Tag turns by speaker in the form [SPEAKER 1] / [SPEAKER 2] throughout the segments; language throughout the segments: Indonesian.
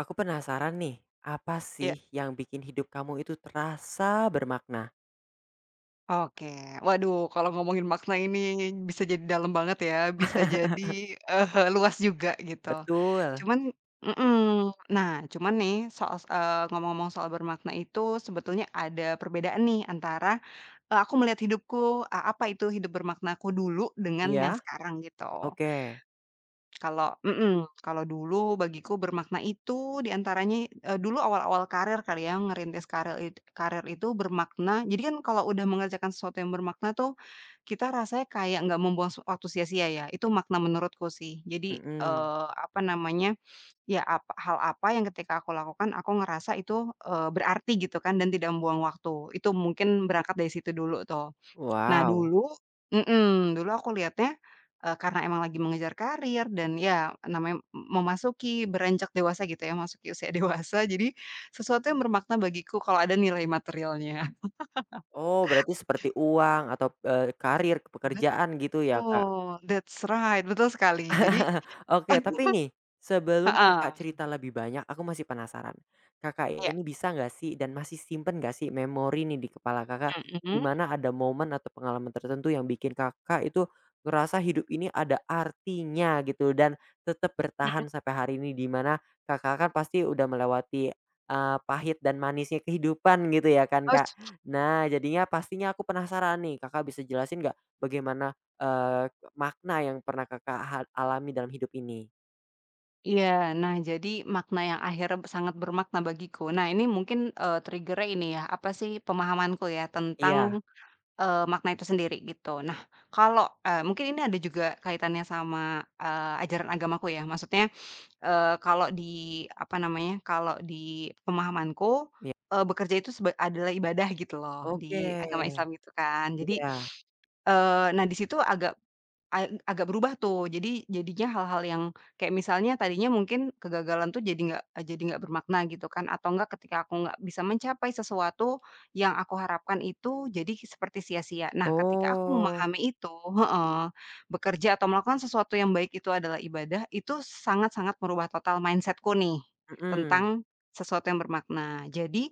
[SPEAKER 1] Aku penasaran nih, apa
[SPEAKER 2] Iya,
[SPEAKER 1] sih yang bikin hidup kamu itu terasa bermakna?
[SPEAKER 2] oke. Waduh, kalau ngomongin makna ini bisa jadi dalam banget ya, bisa jadi, luas juga gitu.
[SPEAKER 1] Betul.
[SPEAKER 2] Cuman mhm, nah cuman nih soal ngomong-ngomong soal bermakna itu sebetulnya ada perbedaan nih antara, aku melihat hidupku, apa itu hidup bermaknaku dulu dengan yang
[SPEAKER 1] Iya?
[SPEAKER 2] sekarang gitu.
[SPEAKER 1] Oke,
[SPEAKER 2] Kalau kalau dulu bagiku bermakna itu antaranya, dulu awal-awal karir kali ya, ngerintis karir karir itu bermakna jadi kan kalau udah mengerjakan sesuatu yang bermakna tuh, kita rasanya kayak nggak membuang waktu sia-sia ya, itu makna menurutku sih. Jadi,
[SPEAKER 1] mhm.
[SPEAKER 2] apa namanya, ya apa hal apa yang ketika aku lakukan aku ngerasa itu, berarti gitu kan dan tidak membuang waktu. Itu mungkin berangkat dari situ dulu tuh. Nah
[SPEAKER 1] Wow.
[SPEAKER 2] dulu mhm, dulu aku lihatnya, karena emang lagi mengejar karir dan ya namanya memasuki beranjak dewasa gitu ya, masuki usia dewasa, jadi sesuatu yang bermakna bagiku kalau ada nilai materialnya.
[SPEAKER 1] Oh, berarti seperti uang atau, karir, pekerjaan gitu ya, Kak?
[SPEAKER 2] Betul, that's right, betul sekali. Jadi
[SPEAKER 1] Oke, tapi nih, sebelum Kakak
[SPEAKER 2] heeh,
[SPEAKER 1] cerita lebih banyak, aku masih penasaran. Kakak
[SPEAKER 2] iya,
[SPEAKER 1] ini bisa nggak sih dan masih simpen nggak sih memori nih di kepala Kakak, di
[SPEAKER 2] mhm,
[SPEAKER 1] mana ada momen atau pengalaman tertentu yang bikin Kakak itu ngerasa hidup ini ada artinya gitu dan tetap
[SPEAKER 2] mhm,
[SPEAKER 1] bertahan sampai hari ini di mana Kakak kan pasti udah melewati, pahit dan manisnya kehidupan gitu ya kan,
[SPEAKER 2] terus
[SPEAKER 1] Kak. Nah, jadinya pastinya aku penasaran nih, Kakak bisa jelasin nggak bagaimana Eee, makna yang pernah Kakak alami dalam hidup ini?
[SPEAKER 2] iya, nah jadi makna yang akhirnya sangat bermakna bagiku. Nah ini mungkin, trigger ini ya, apa sih, pemahamanku ya
[SPEAKER 1] Iya
[SPEAKER 2] tentang makna itu sendiri gitu. Nah kalau, mungkin ini ada juga kaitannya sama, ajaran agamaku ya maksudnya, kalau di apa namanya, kalau di pemahamanku,
[SPEAKER 1] iya.
[SPEAKER 2] bekerja itu adalah ibadah gitu loh
[SPEAKER 1] Oke,
[SPEAKER 2] di agama Islam gitu kan. Jadi,
[SPEAKER 1] iya.
[SPEAKER 2] nah di situ agak agak berubah tuh, jadi jadinya hal-hal yang kayak misalnya tadinya mungkin kegagalan tuh jadi nggak jadi nggak bermakna gitu kan, atau enggak ketika aku nggak bisa mencapai sesuatu yang aku harapkan itu jadi seperti sia-sia. Nah, ketika aku
[SPEAKER 1] Oh,
[SPEAKER 2] memahami itu heeh, bekerja atau melakukan sesuatu yang baik itu adalah ibadah, itu sangat-sangat merubah total mindset-ku nih,
[SPEAKER 1] mhm,
[SPEAKER 2] tentang sesuatu yang bermakna. Jadi,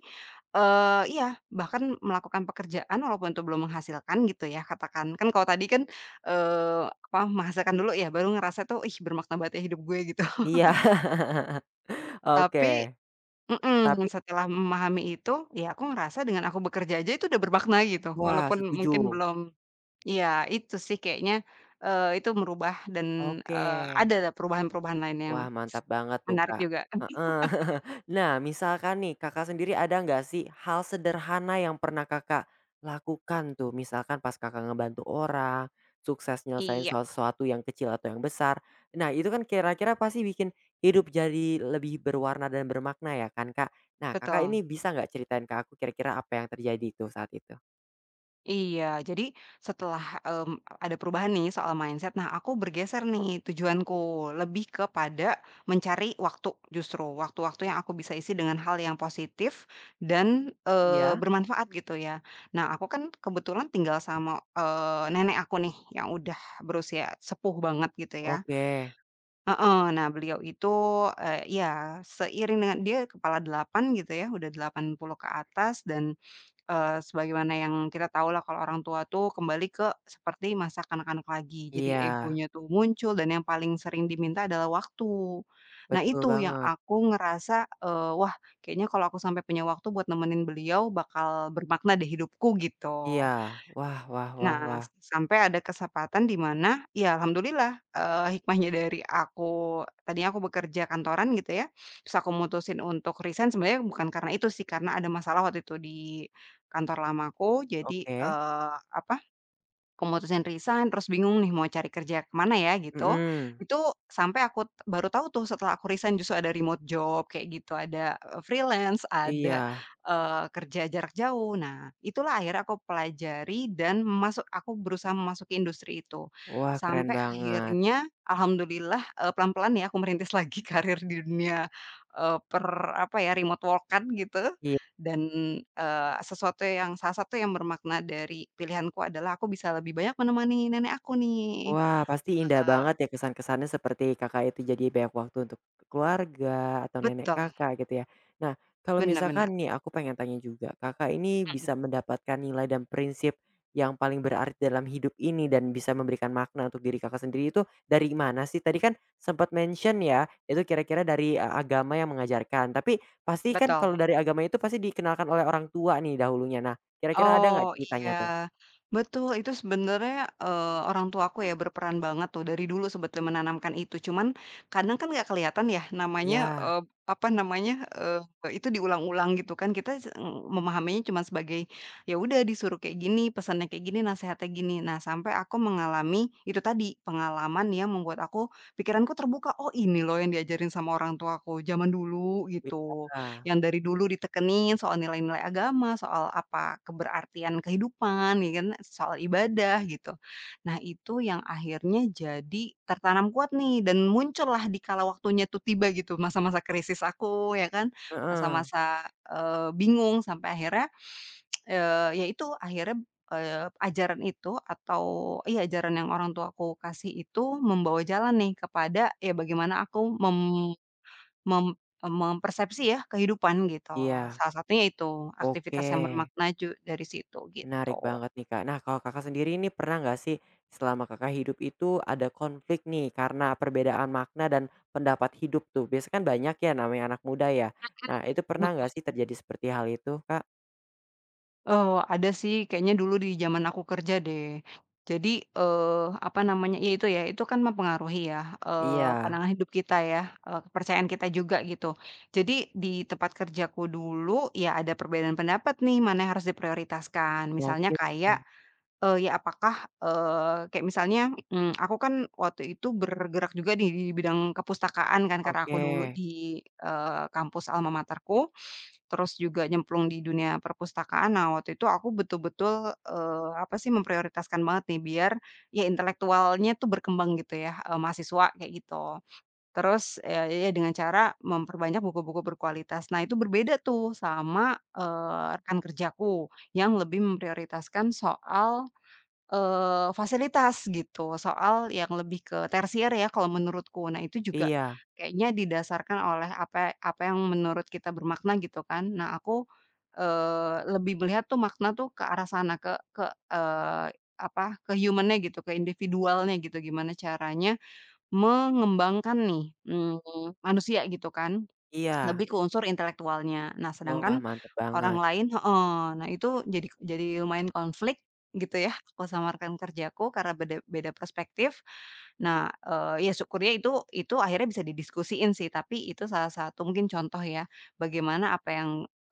[SPEAKER 2] iya, bahkan melakukan pekerjaan walaupun itu belum menghasilkan gitu ya, katakan. Kan kalau tadi kan apa, merasakan dulu ya, baru ngerasa tuh, "Ih, bermakna banget ya hidup gue," gitu.
[SPEAKER 1] iya. Oke,
[SPEAKER 2] Tapi mhm,
[SPEAKER 1] tapi
[SPEAKER 2] setelah memahami itu, ya aku ngerasa dengan aku bekerja aja itu udah bermakna gitu,
[SPEAKER 1] wah
[SPEAKER 2] walaupun
[SPEAKER 1] setuju,
[SPEAKER 2] mungkin belum iya, itu sih kayaknya, itu merubah dan,
[SPEAKER 1] oke.
[SPEAKER 2] ada perubahan-perubahan lain yang
[SPEAKER 1] Wah, mantap banget tuh,
[SPEAKER 2] menarik
[SPEAKER 1] Kak.
[SPEAKER 2] juga.
[SPEAKER 1] Heeh. Nah, misalkan nih Kakak sendiri ada nggak sih hal sederhana yang pernah Kakak lakukan tuh? Misalkan pas Kakak ngebantu orang, sukses nyelesain
[SPEAKER 2] Iya,
[SPEAKER 1] sesuatu yang kecil atau yang besar. Nah, itu kan kira-kira pasti bikin hidup jadi lebih berwarna dan bermakna ya kan, Kak? Nah, Kakak
[SPEAKER 2] betul.
[SPEAKER 1] ini bisa nggak ceritain ke aku kira-kira apa yang terjadi itu saat itu?
[SPEAKER 2] Iya, jadi setelah, ada perubahan nih soal mindset, nah aku bergeser nih tujuanku, lebih kepada mencari waktu justru, waktu-waktu yang aku bisa isi dengan hal yang positif dan,
[SPEAKER 1] Iya?
[SPEAKER 2] bermanfaat gitu ya. Nah aku kan kebetulan tinggal sama, nenek aku nih yang udah berusia sepuh banget gitu ya
[SPEAKER 1] Oke.
[SPEAKER 2] heeh, nah beliau itu, ya seiring dengan dia kepala 8 gitu ya, udah 80 ke atas dan sebagaimana yang kita tahu lah kalau orang tua tuh kembali ke seperti masa kanak-kanak lagi. Jadi
[SPEAKER 1] Iya,
[SPEAKER 2] egonya tuh muncul dan yang paling sering diminta adalah waktu. Nah
[SPEAKER 1] betul
[SPEAKER 2] itu yang
[SPEAKER 1] banget.
[SPEAKER 2] aku ngerasa, wah kayaknya kalau aku sampai punya waktu buat nemenin beliau bakal bermakna deh hidupku gitu.
[SPEAKER 1] Iya. Wah wah wah
[SPEAKER 2] Nah,
[SPEAKER 1] wah.
[SPEAKER 2] sampai ada kesempatan di mana ya alhamdulillah, hikmahnya dari aku tadinya aku bekerja kantoran gitu ya, terus aku mutusin untuk resign sebenarnya bukan karena itu sih, karena ada masalah waktu itu di kantor lamaku. Jadi,
[SPEAKER 1] Oke.
[SPEAKER 2] apa Aku mutusin resign, terus bingung nih mau cari kerja ke mana ya gitu.
[SPEAKER 1] Mhm.
[SPEAKER 2] Itu sampai aku baru tahu tuh setelah aku resign justru ada remote job kayak gitu, ada, freelance, ada,
[SPEAKER 1] Iya.
[SPEAKER 2] kerja jarak jauh. Nah, itulah akhirnya aku pelajari dan masuk aku berusaha memasuki industri itu.
[SPEAKER 1] Wah, keren
[SPEAKER 2] Sampai
[SPEAKER 1] banget.
[SPEAKER 2] akhirnya alhamdulillah, pelan-pelan ya aku merintis lagi karir di dunia, eee, per apa ya, remote work gitu.
[SPEAKER 1] Iya.
[SPEAKER 2] Dan, sesuatu yang salah satu yang bermakna dari pilihanku adalah aku bisa lebih banyak menemani nenek aku nih.
[SPEAKER 1] Wah, pasti indah
[SPEAKER 2] Eee
[SPEAKER 1] banget ya kesan-kesannya seperti Kakak itu jadi banyak waktu untuk keluarga atau nenek
[SPEAKER 2] betul,
[SPEAKER 1] Kakak gitu ya. Nah, kalau
[SPEAKER 2] benar-benar,
[SPEAKER 1] misalkan nih aku pengen tanya juga, Kakak ini
[SPEAKER 2] mhm,
[SPEAKER 1] bisa mendapatkan nilai dan prinsip yang paling berarti dalam hidup ini dan bisa memberikan makna untuk diri Kakak sendiri itu dari mana sih? Tadi kan sempat mention ya, itu kira-kira dari, agama yang mengajarkan, tapi pasti kan
[SPEAKER 2] betul.
[SPEAKER 1] kalau dari agama itu pasti dikenalkan oleh orang tua nih dahulunya. Nah, kira-kira ada nggak
[SPEAKER 2] Oh,
[SPEAKER 1] ceritanya tuh?
[SPEAKER 2] iya. Betul, itu sebenarnya, orang tua aku ya berperan banget tuh dari dulu sebetulnya menanamkan itu. Cuman kadang kan nggak kelihatan ya namanya,
[SPEAKER 1] Iya,
[SPEAKER 2] apa namanya, itu diulang-ulang gitu kan. Kita memahaminya cuman sebagai, ya udah disuruh kayak gini, pesannya kayak gini, nasihatnya gini. Nah, sampai aku mengalami itu tadi, pengalaman yang membuat pikiranku terbuka, "Oh, ini loh yang diajarin sama orang tuaku zaman dulu," gitu
[SPEAKER 1] wisata,
[SPEAKER 2] yang dari dulu ditekenin soal nilai-nilai agama, soal apa, keberartian kehidupan ya kan, soal ibadah gitu. Nah itu yang akhirnya jadi tertanam kuat nih dan muncullah di kala waktunya tuh tiba gitu, masa-masa krisis aku ya kan,
[SPEAKER 1] heeh,
[SPEAKER 2] masa-masa, bingung sampai akhirnya, ya itu akhirnya, ajaran itu atau iya ajaran yang orang tua aku kasih itu membawa jalan nih kepada ya bagaimana aku mem Mem mempersepsi ya kehidupan gitu,
[SPEAKER 1] iya,
[SPEAKER 2] salah satunya itu, aktivitas
[SPEAKER 1] oke,
[SPEAKER 2] yang bermakna dari situ
[SPEAKER 1] menarik
[SPEAKER 2] gitu.
[SPEAKER 1] banget nih, Kak. Nah, kalau Kakak sendiri ini pernah nggak sih selama Kakak hidup itu ada konflik nih karena perbedaan makna dan pendapat hidup tuh? Biasanya kan banyak ya namanya anak muda ya. Nah, itu pernah
[SPEAKER 2] Mhm,
[SPEAKER 1] nggak sih terjadi seperti hal itu, Kak?
[SPEAKER 2] ada sih kayaknya dulu di zaman aku kerja deh. Jadi, apa namanya, ya, itu kan mempengaruhi ya,
[SPEAKER 1] Iya,
[SPEAKER 2] pandangan hidup kita ya, kepercayaan kita juga gitu. Jadi di tempat kerjaku dulu, ya ada perbedaan pendapat nih, mana yang harus diprioritaskan. Misalnya
[SPEAKER 1] oke
[SPEAKER 2] kayak ya apakah, kayak misalnya, aku kan waktu itu bergerak juga nih di bidang kepustakaan kan karena aku
[SPEAKER 1] oke,
[SPEAKER 2] dulu di, kampus alma materku, terus juga nyemplung di dunia perpustakaan. Nah waktu itu aku betul-betul, apa sih, memprioritaskan banget nih biar ya intelektualnya tuh berkembang gitu ya, mahasiswa kayak gitu. Terus, ya, dengan cara memperbanyak buku-buku berkualitas. Nah itu berbeda tuh sama, rekan kerjaku yang lebih memprioritaskan soal fasilitas gitu, soal yang lebih ke tersier ya kalau menurutku. Nah itu juga
[SPEAKER 1] iya
[SPEAKER 2] kayaknya didasarkan oleh apa apa yang menurut kita bermakna gitu kan. Nah aku, lebih melihat tuh makna tuh ke arah sana, ke, apa, ke human-nya gitu, ke individualnya gitu, gimana caranya mengembangkan nih, manusia gitu kan. Lebih
[SPEAKER 1] iya,
[SPEAKER 2] ke unsur intelektualnya. Nah,
[SPEAKER 1] wah
[SPEAKER 2] sedangkan
[SPEAKER 1] mantep
[SPEAKER 2] orang
[SPEAKER 1] banget,
[SPEAKER 2] lain heeh, nah itu jadi lumayan konflik gitu ya, aku sama rekan kerjaku karena beda beda perspektif. Nah, ya syukurnya itu akhirnya bisa didiskusiin sih, tapi itu salah satu mungkin contoh ya, bagaimana apa yang,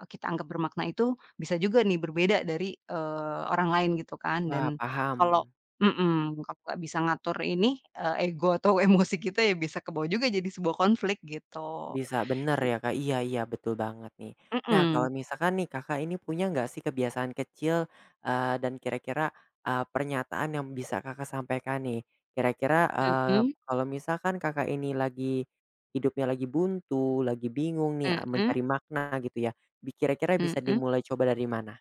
[SPEAKER 2] kita anggap bermakna itu bisa juga nih berbeda dari, orang lain gitu kan.
[SPEAKER 1] wah
[SPEAKER 2] Dan
[SPEAKER 1] paham.
[SPEAKER 2] kalau mhm, kalau nggak bisa ngatur ini, ego atau emosi kita ya bisa kebawa juga jadi sebuah konflik gitu.
[SPEAKER 1] Bisa, bener ya, Kak. Iya iya, betul banget nih. Nah,
[SPEAKER 2] Mhm,
[SPEAKER 1] kalau misalkan nih Kakak ini punya nggak sih kebiasaan kecil, dan kira-kira, pernyataan yang bisa Kakak sampaikan nih? Kira-kira,
[SPEAKER 2] mhm,
[SPEAKER 1] kalau misalkan Kakak ini lagi hidupnya lagi buntu, lagi bingung nih,
[SPEAKER 2] mhm,
[SPEAKER 1] mencari makna gitu ya, bi kira-kira bisa
[SPEAKER 2] mhm.
[SPEAKER 1] dimulai coba dari mana?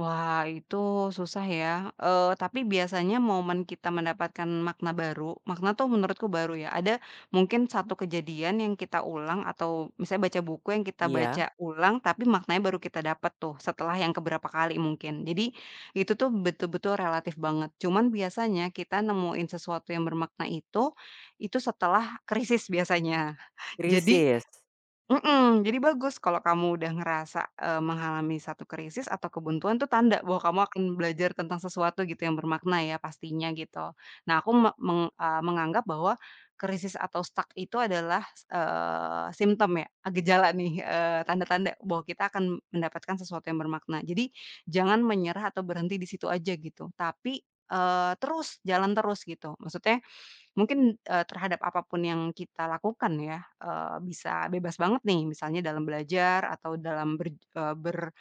[SPEAKER 2] Wah, itu susah ya, tapi biasanya momen kita mendapatkan makna baru, makna tuh menurutku baru ya, ada mungkin satu kejadian yang kita ulang atau misalnya baca buku yang kita
[SPEAKER 1] Iya,
[SPEAKER 2] baca ulang, tapi maknanya baru kita dapat tuh setelah yang keberapa kali mungkin. Jadi itu tuh betul-betul relatif banget. Cuman biasanya kita nemuin sesuatu yang bermakna itu setelah krisis biasanya. Jadi
[SPEAKER 1] krisis.
[SPEAKER 2] Mhm, jadi bagus kalau kamu udah ngerasa, mengalami satu krisis atau kebuntuan tuh tanda bahwa kamu akan belajar tentang sesuatu gitu yang bermakna ya pastinya gitu. Nah aku menganggap bahwa krisis atau stuck itu adalah, simptom ya, gejala nih, tanda-tanda bahwa kita akan mendapatkan sesuatu yang bermakna. Jadi jangan menyerah atau berhenti di situ aja gitu, tapi, terus, jalan terus gitu. Maksudnya Mungkin, terhadap apapun yang kita lakukan ya, bisa bebas banget nih misalnya dalam belajar atau dalam ber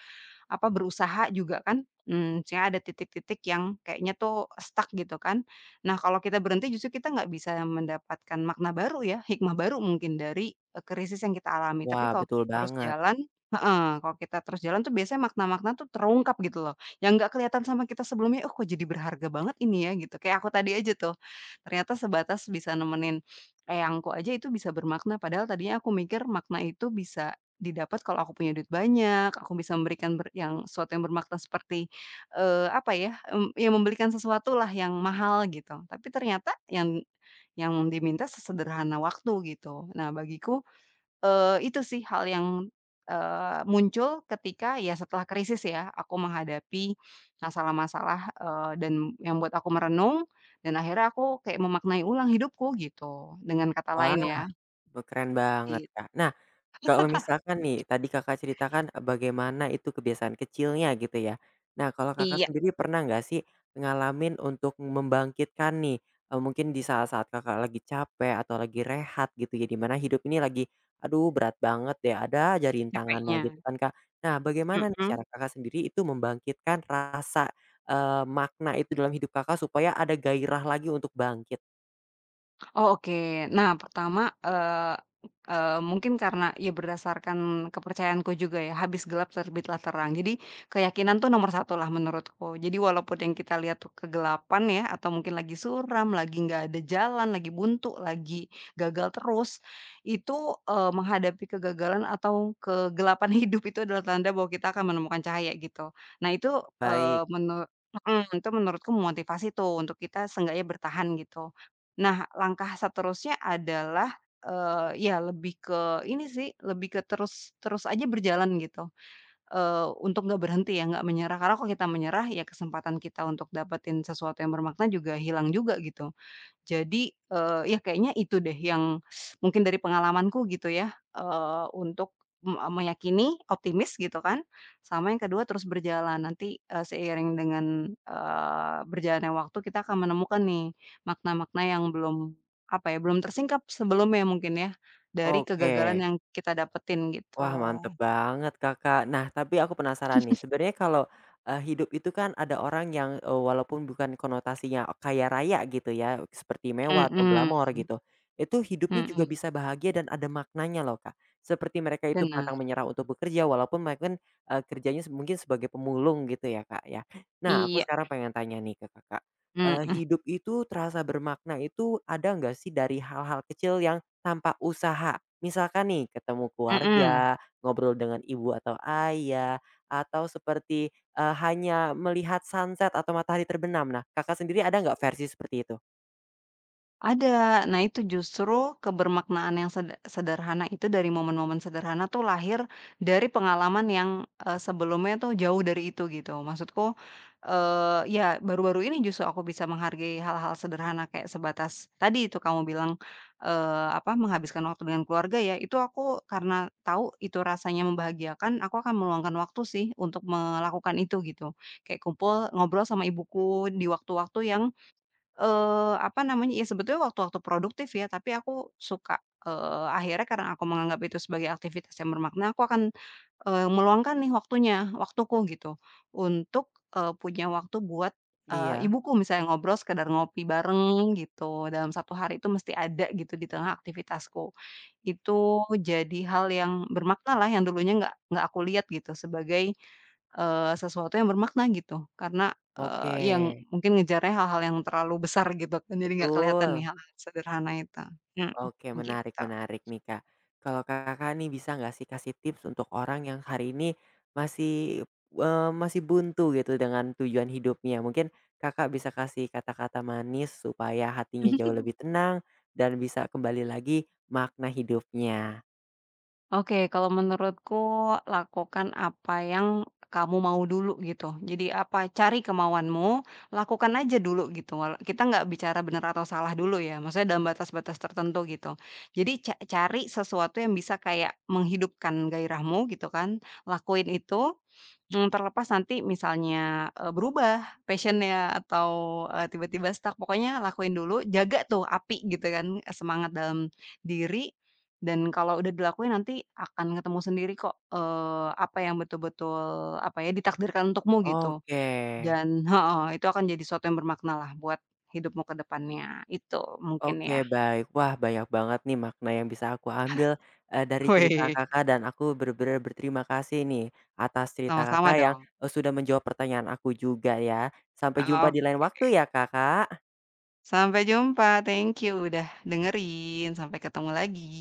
[SPEAKER 2] apa, berusaha juga kan, misalnya ada titik-titik yang kayaknya tuh stuck gitu kan. Nah, kalau kita berhenti justru kita nggak bisa mendapatkan makna baru ya, hikmah baru mungkin dari, krisis yang kita alami. Tapi
[SPEAKER 1] Wah,
[SPEAKER 2] kalau
[SPEAKER 1] betul
[SPEAKER 2] kita terus
[SPEAKER 1] banget.
[SPEAKER 2] jalan heeh, kalau kita terus jalan tuh biasanya makna-makna tuh terungkap gitu loh, yang nggak kelihatan sama kita sebelumnya, "Oh, kok jadi berharga banget ini ya?" Gitu. Kayak aku tadi aja tuh, ternyata sebatas bisa nemenin eyangku aja itu bisa bermakna, padahal tadinya aku mikir makna itu bisa Didapat kalau aku punya duit banyak, aku bisa memberikan yang sesuatu yang bermakna seperti, apa ya, ya membelikan sesuatu lah yang mahal gitu. Tapi ternyata yang diminta sesederhana waktu gitu. Nah bagiku, itu sih hal yang, muncul ketika ya setelah krisis ya, aku menghadapi masalah-masalah, dan yang buat aku merenung dan akhirnya aku kayak memaknai ulang hidupku gitu, dengan kata
[SPEAKER 1] Wah,
[SPEAKER 2] lain ya,
[SPEAKER 1] keren banget,
[SPEAKER 2] git
[SPEAKER 1] Kak. Nah kalau misalkan nih, tadi Kakak ceritakan, bagaimana itu kebiasaan kecilnya gitu ya. Nah, kalau Kakak
[SPEAKER 2] iya,
[SPEAKER 1] sendiri pernah nggak sih ngalamin untuk membangkitkan nih, mungkin di saat-saat Kakak lagi capek atau lagi rehat gitu ya, di mana hidup ini lagi, "Aduh berat banget deh, ada aja
[SPEAKER 2] capek-capeknya,
[SPEAKER 1] rintangannya," gitu kan, Kak. Nah, bagaimana nih
[SPEAKER 2] mhm.
[SPEAKER 1] cara Kakak sendiri itu membangkitkan rasa, makna itu dalam hidup Kakak supaya ada gairah lagi untuk bangkit?
[SPEAKER 2] Oh, oke. Nah, pertama, eee eee, mungkin karena ya berdasarkan kepercayaanku juga ya, habis gelap terbitlah terang. Jadi keyakinan tuh nomor satu lah menurutku. Jadi walaupun yang kita lihat tuh kegelapan ya, atau mungkin lagi suram, lagi nggak ada jalan, lagi buntu, lagi gagal terus, itu, menghadapi kegagalan atau kegelapan hidup itu adalah tanda bahwa kita akan menemukan cahaya gitu. Nah itu,
[SPEAKER 1] Oh,
[SPEAKER 2] eee,
[SPEAKER 1] baik,
[SPEAKER 2] menu mhm, itu menurutku memotivasi tuh untuk kita seenggaknya bertahan gitu. Nah, langkah seterusnya adalah, ya lebih ke ini sih, lebih ke terus terus aja berjalan gitu, untuk nggak berhenti ya, nggak menyerah. Karena kalau kita menyerah, ya kesempatan kita untuk dapetin sesuatu yang bermakna juga hilang juga gitu. Jadi, ya kayaknya itu deh yang mungkin dari pengalamanku gitu ya, eee, untuk meyakini, optimis gitu kan, sama yang kedua terus berjalan. Nanti, seiring dengan, berjalannya waktu kita akan menemukan nih makna-makna yang belum, apa ya, belum tersingkap sebelumnya mungkin ya, dari kegagalan
[SPEAKER 1] oke.
[SPEAKER 2] yang kita dapetin gitu.
[SPEAKER 1] Wah, mantep banget, Kakak. Nah, tapi aku penasaran nih, sebenarnya kalau, hidup itu kan ada orang yang, walaupun bukan konotasinya kaya raya gitu ya, seperti mewah atau glamor
[SPEAKER 2] Mhm,
[SPEAKER 1] gitu, itu hidupnya juga
[SPEAKER 2] mhm,
[SPEAKER 1] bisa bahagia dan ada maknanya loh, Kak. Seperti mereka itu pantang
[SPEAKER 2] bener.
[SPEAKER 1] menyerah untuk bekerja walaupun mereka kan, kerjanya se mungkin sebagai pemulung gitu ya, Kak, ya. Nah, aku
[SPEAKER 2] Iya,
[SPEAKER 1] sekarang pengen tanya nih ke Kakak,
[SPEAKER 2] mhm,
[SPEAKER 1] hidup itu terasa bermakna itu ada nggak sih dari hal-hal kecil yang tanpa usaha? Misalkan nih ketemu
[SPEAKER 2] mhm.
[SPEAKER 1] keluarga, ngobrol dengan ibu atau ayah, atau seperti, hanya melihat sunset atau matahari terbenam. Nah, Kakak sendiri ada nggak versi seperti itu?
[SPEAKER 2] Ada. Nah, itu justru kebermaknaan yang sederhana itu dari momen-momen sederhana tuh lahir dari pengalaman yang, sebelumnya tuh jauh dari itu gitu. Maksudku, ya baru-baru ini justru aku bisa menghargai hal-hal sederhana kayak sebatas tadi itu kamu bilang, apa, menghabiskan waktu dengan keluarga ya, itu aku karena tahu itu rasanya membahagiakan, aku akan meluangkan waktu sih untuk melakukan itu gitu. Kayak kumpul, ngobrol sama ibuku di waktu-waktu yang, apa namanya, ya sebetulnya waktu-waktu produktif ya, tapi aku suka, akhirnya karena aku menganggap itu sebagai aktivitas yang bermakna, aku akan, meluangkan nih waktuku gitu, untuk, punya waktu buat,
[SPEAKER 1] Iya.
[SPEAKER 2] ibuku misalnya ngobrol, sekedar ngopi bareng gitu, dalam satu hari itu mesti ada gitu di tengah aktivitasku. Itu jadi hal yang bermakna lah, yang dulunya nggak aku lihat gitu sebagai, sesuatu yang bermakna gitu. Karena,
[SPEAKER 1] Oke,
[SPEAKER 2] yang mungkin ngejarnya hal-hal yang terlalu besar gitu kan, jadi nggak kelihatan nih
[SPEAKER 1] betul.
[SPEAKER 2] hal-hal sederhana itu. Mhm,
[SPEAKER 1] Oke, menarik
[SPEAKER 2] gitu.
[SPEAKER 1] menarik nih, Kak. Kalau Kakak nih bisa nggak sih kasih tips untuk orang yang hari ini masih, masih buntu gitu dengan tujuan hidupnya? Mungkin Kakak bisa kasih kata-kata manis supaya hatinya jauh lebih tenang dan bisa kembali lagi makna hidupnya.
[SPEAKER 2] Oke, kalau menurutku lakukan apa yang kamu mau dulu gitu. Jadi apa, cari kemauanmu, lakukan aja dulu gitu. Kita nggak bicara benar atau salah dulu ya, maksudnya dalam batas-batas tertentu gitu. Jadi cari sesuatu yang bisa kayak menghidupkan gairahmu gitu kan, lakuin itu, terlepas nanti misalnya, berubah passionnya atau, tiba-tiba stuck, pokoknya lakuin dulu, jaga tuh api gitu kan, semangat dalam diri, dan kalau udah dilakuin nanti akan ketemu sendiri kok, apa yang betul-betul, apa ya, ditakdirkan untukmu gitu.
[SPEAKER 1] Oke.
[SPEAKER 2] Dan heeh, itu akan jadi sesuatu yang bermakna lah buat hidupmu ke depannya, itu mungkin
[SPEAKER 1] Oke
[SPEAKER 2] ya.
[SPEAKER 1] baik. Wah banyak banget nih makna yang bisa aku ambil, dari cerita
[SPEAKER 2] Wih,
[SPEAKER 1] Kakak dan aku benar-benar berterima kasih nih atas cerita
[SPEAKER 2] sama-sama
[SPEAKER 1] Kakak yang,
[SPEAKER 2] dong.
[SPEAKER 1] sudah menjawab pertanyaan aku juga ya. Sampai jumpa
[SPEAKER 2] Heeh.
[SPEAKER 1] di lain waktu ya Kakak.
[SPEAKER 2] Sampai jumpa, thank you udah dengerin, sampai ketemu lagi.